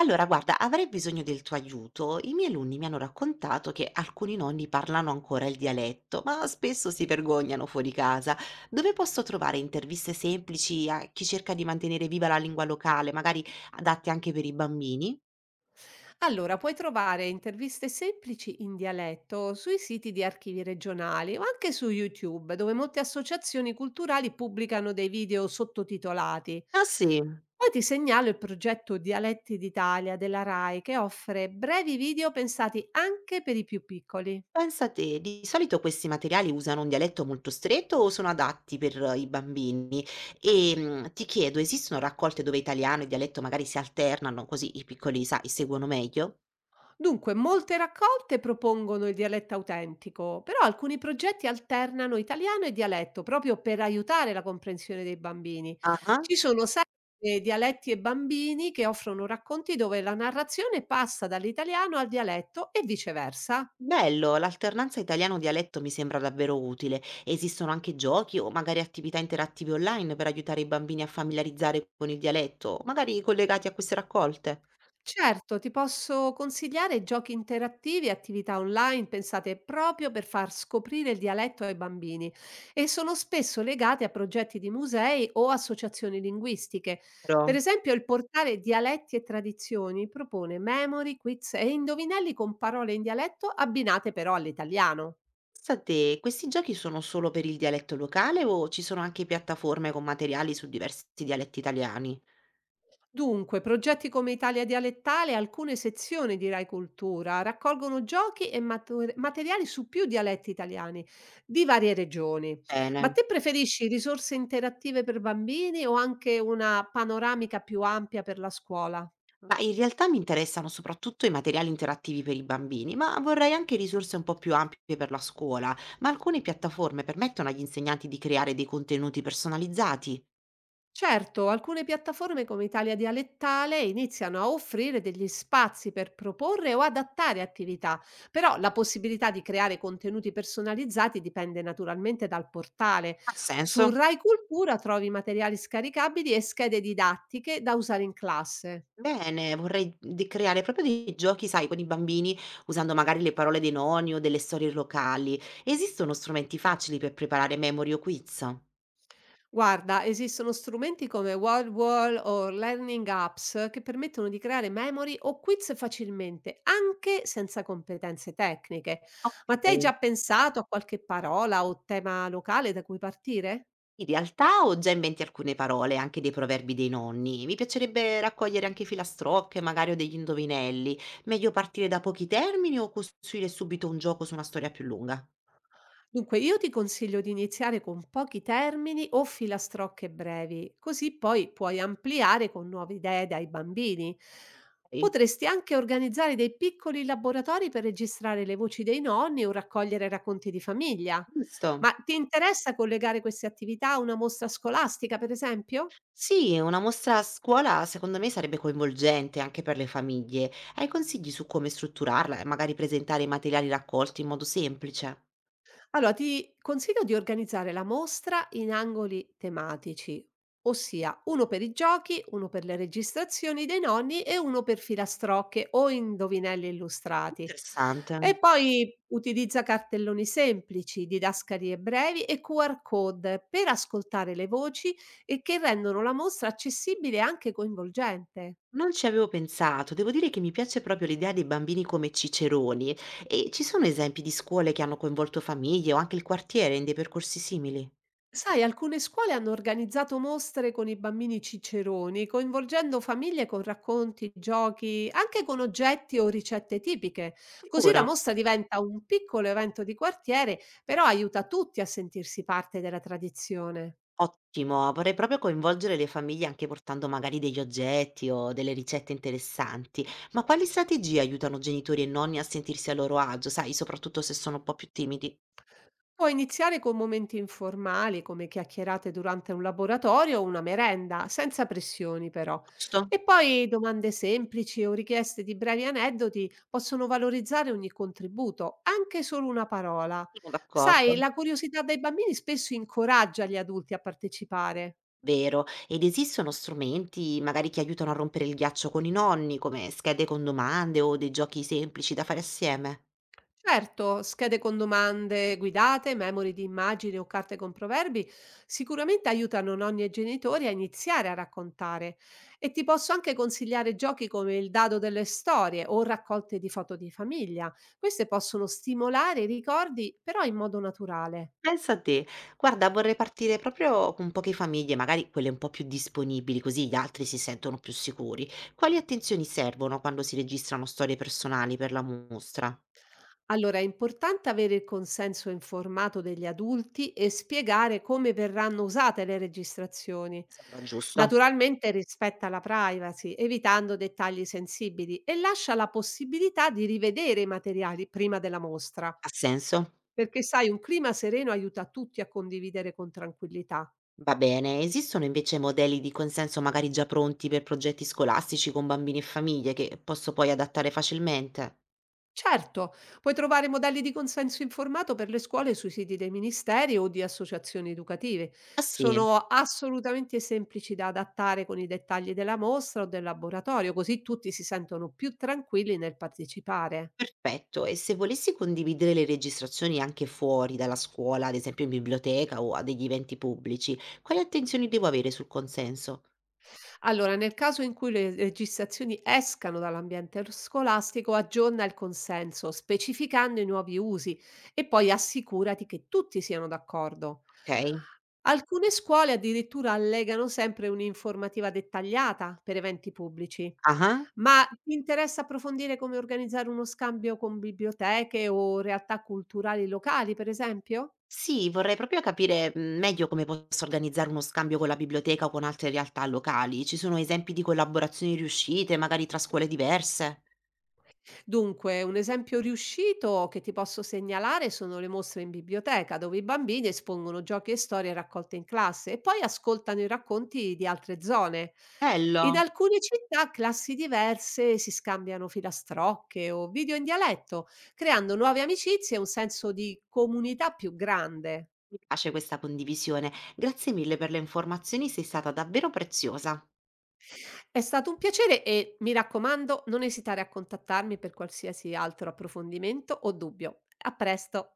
Allora, guarda, avrei bisogno del tuo aiuto. I miei alunni mi hanno raccontato che alcuni nonni parlano ancora il dialetto, ma spesso si vergognano fuori casa. Dove posso trovare interviste semplici a chi cerca di mantenere viva la lingua locale, magari adatte anche per i bambini? Allora, puoi trovare interviste semplici in dialetto sui siti di archivi regionali o anche su YouTube, dove molte associazioni culturali pubblicano dei video sottotitolati. Ah sì, Poi ti segnalo il progetto Dialetti d'Italia della RAI che offre brevi video pensati anche per i più piccoli. pensa te, di solito questi materiali usano un dialetto molto stretto o sono adatti per i bambini? E ti chiedo, esistono raccolte dove italiano e dialetto magari si alternano, così i piccoli, sai, seguono meglio? Dunque, molte raccolte propongono il dialetto autentico, però alcuni progetti alternano italiano e dialetto proprio per aiutare la comprensione dei bambini. Ah. Ci sono serie dialetti e bambini che offrono racconti dove la narrazione passa dall'italiano al dialetto e viceversa. Bello, l'alternanza italiano-dialetto mi sembra davvero utile. Esistono anche giochi o magari attività interattive online per aiutare i bambini a familiarizzare con il dialetto, magari collegati a queste raccolte. Certo, ti posso consigliare giochi interattivi e attività online pensate proprio per far scoprire il dialetto ai bambini e sono spesso legati a progetti di musei o associazioni linguistiche. Per Però, esempio, il portale Dialetti e Tradizioni propone memory, quiz e indovinelli con parole in dialetto abbinate però all'italiano. pensa te, questi giochi sono solo per il dialetto locale o ci sono anche piattaforme con materiali su diversi dialetti italiani? Dunque, progetti come Italia dialettale e alcune sezioni di Rai Cultura raccolgono giochi e materiali su più dialetti italiani di varie regioni. Ma Bene. te preferisci risorse interattive per bambini o anche una panoramica più ampia per la scuola? Ma in realtà mi interessano soprattutto i materiali interattivi per i bambini, ma vorrei anche risorse un po' più ampie per la scuola. Ma alcune piattaforme permettono agli insegnanti di creare dei contenuti personalizzati? Certo, alcune piattaforme come Italia Dialettale iniziano a offrire degli spazi per proporre o adattare attività, però la possibilità di creare contenuti personalizzati dipende naturalmente dal portale. Ha Su senso? Rai Cultura trovi materiali scaricabili e schede didattiche da usare in classe. Bene, vorrei creare proprio dei giochi, sai, con i bambini, usando magari le parole dei nonni o delle storie locali. Esistono strumenti facili per preparare memory o quiz? Guarda, esistono strumenti come World Wall o Learning Apps che permettono di creare memory o quiz facilmente, anche senza competenze tecniche. Ok. Ma te hai già pensato a qualche parola o tema locale da cui partire? In realtà ho già in mente alcune parole, anche dei proverbi dei nonni. Mi piacerebbe raccogliere anche filastrocche, magari o degli indovinelli. Meglio partire da pochi termini o costruire subito un gioco su una storia più lunga? Dunque, io ti consiglio di iniziare con pochi termini o filastrocche brevi, così poi puoi ampliare con nuove idee dai bambini. Ok, Potresti anche organizzare dei piccoli laboratori per registrare le voci dei nonni o raccogliere racconti di famiglia. giusto. Ma ti interessa collegare queste attività a una mostra scolastica, per esempio? Sì, una mostra a scuola secondo me sarebbe coinvolgente anche per le famiglie. Hai consigli su come strutturarla e magari presentare i materiali raccolti in modo semplice? Allora, ti consiglio di organizzare la mostra in angoli tematici, ossia uno per i giochi, uno per le registrazioni dei nonni e uno per filastrocche o indovinelli illustrati. Interessante. E poi utilizza cartelloni semplici, didascalie brevi e QR code per ascoltare le voci e che rendono la mostra accessibile e anche coinvolgente. Non ci avevo pensato, devo dire che mi piace proprio l'idea dei bambini come ciceroni e ci sono esempi di scuole che hanno coinvolto famiglie o anche il quartiere in dei percorsi simili? Sai, alcune scuole hanno organizzato mostre con i bambini ciceroni, coinvolgendo famiglie con racconti, giochi, anche con oggetti o ricette tipiche. Così Sicuro. la mostra diventa un piccolo evento di quartiere, però aiuta tutti a sentirsi parte della tradizione. Ottimo, vorrei proprio coinvolgere le famiglie anche portando magari degli oggetti o delle ricette interessanti, ma quali strategie aiutano genitori e nonni a sentirsi a loro agio, sai, soprattutto se sono un po' più timidi? Puoi iniziare con momenti informali, come chiacchierate durante un laboratorio o una merenda, senza pressioni però. Giusto? E poi domande semplici o richieste di brevi aneddoti possono valorizzare ogni contributo, anche solo una parola. Sono Sai, d'accordo. la curiosità dei bambini spesso incoraggia gli adulti a partecipare. Vero, ed esistono strumenti magari che aiutano a rompere il ghiaccio con i nonni, come schede con domande o dei giochi semplici da fare assieme? Certo, schede con domande guidate, memory di immagini o carte con proverbi sicuramente aiutano nonni e genitori a iniziare a raccontare e ti posso anche consigliare giochi come il dado delle storie o raccolte di foto di famiglia. Queste possono stimolare i ricordi però in modo naturale. Pensa a te, guarda, vorrei partire proprio con poche famiglie, magari quelle un po' più disponibili, così gli altri si sentono più sicuri. Quali attenzioni servono quando si registrano storie personali per la mostra? Allora, è importante avere il consenso informato degli adulti e spiegare come verranno usate le registrazioni. Mi sembra giusto. Naturalmente rispetta la privacy, evitando dettagli sensibili e lascia la possibilità di rivedere i materiali prima della mostra, Ha senso? perché sai, un clima sereno aiuta tutti a condividere con tranquillità. Va bene, esistono invece modelli di consenso magari già pronti per progetti scolastici con bambini e famiglie che posso poi adattare facilmente? Certo, puoi trovare modelli di consenso informato per le scuole sui siti dei ministeri o di associazioni educative. Ah sì? Sono assolutamente semplici da adattare con i dettagli della mostra o del laboratorio, così tutti si sentono più tranquilli nel partecipare. Perfetto. E se volessi condividere le registrazioni anche fuori dalla scuola, ad esempio in biblioteca o a degli eventi pubblici, quali attenzioni devo avere sul consenso? Allora, nel caso in cui le registrazioni escano dall'ambiente scolastico, aggiorna il consenso, specificando i nuovi usi e poi assicurati che tutti siano d'accordo. Okay. Alcune scuole addirittura allegano sempre un'informativa dettagliata per eventi pubblici. Ah-ah. Ma ti interessa approfondire come organizzare uno scambio con biblioteche o realtà culturali locali, per esempio? Sì, vorrei proprio capire, meglio come posso organizzare uno scambio con la biblioteca o con altre realtà locali. Ci sono esempi di collaborazioni riuscite, magari tra scuole diverse? Dunque, un esempio riuscito che ti posso segnalare sono le mostre in biblioteca, dove i bambini espongono giochi e storie raccolte in classe e poi ascoltano i racconti di altre zone. In Bello. alcune città classi diverse si scambiano filastrocche o video in dialetto, creando nuove amicizie e un senso di comunità più grande. Mi piace questa condivisione. Grazie mille per le informazioni, sei stata davvero preziosa. È stato un piacere e mi raccomando, non esitare a contattarmi per qualsiasi altro approfondimento o dubbio. A presto!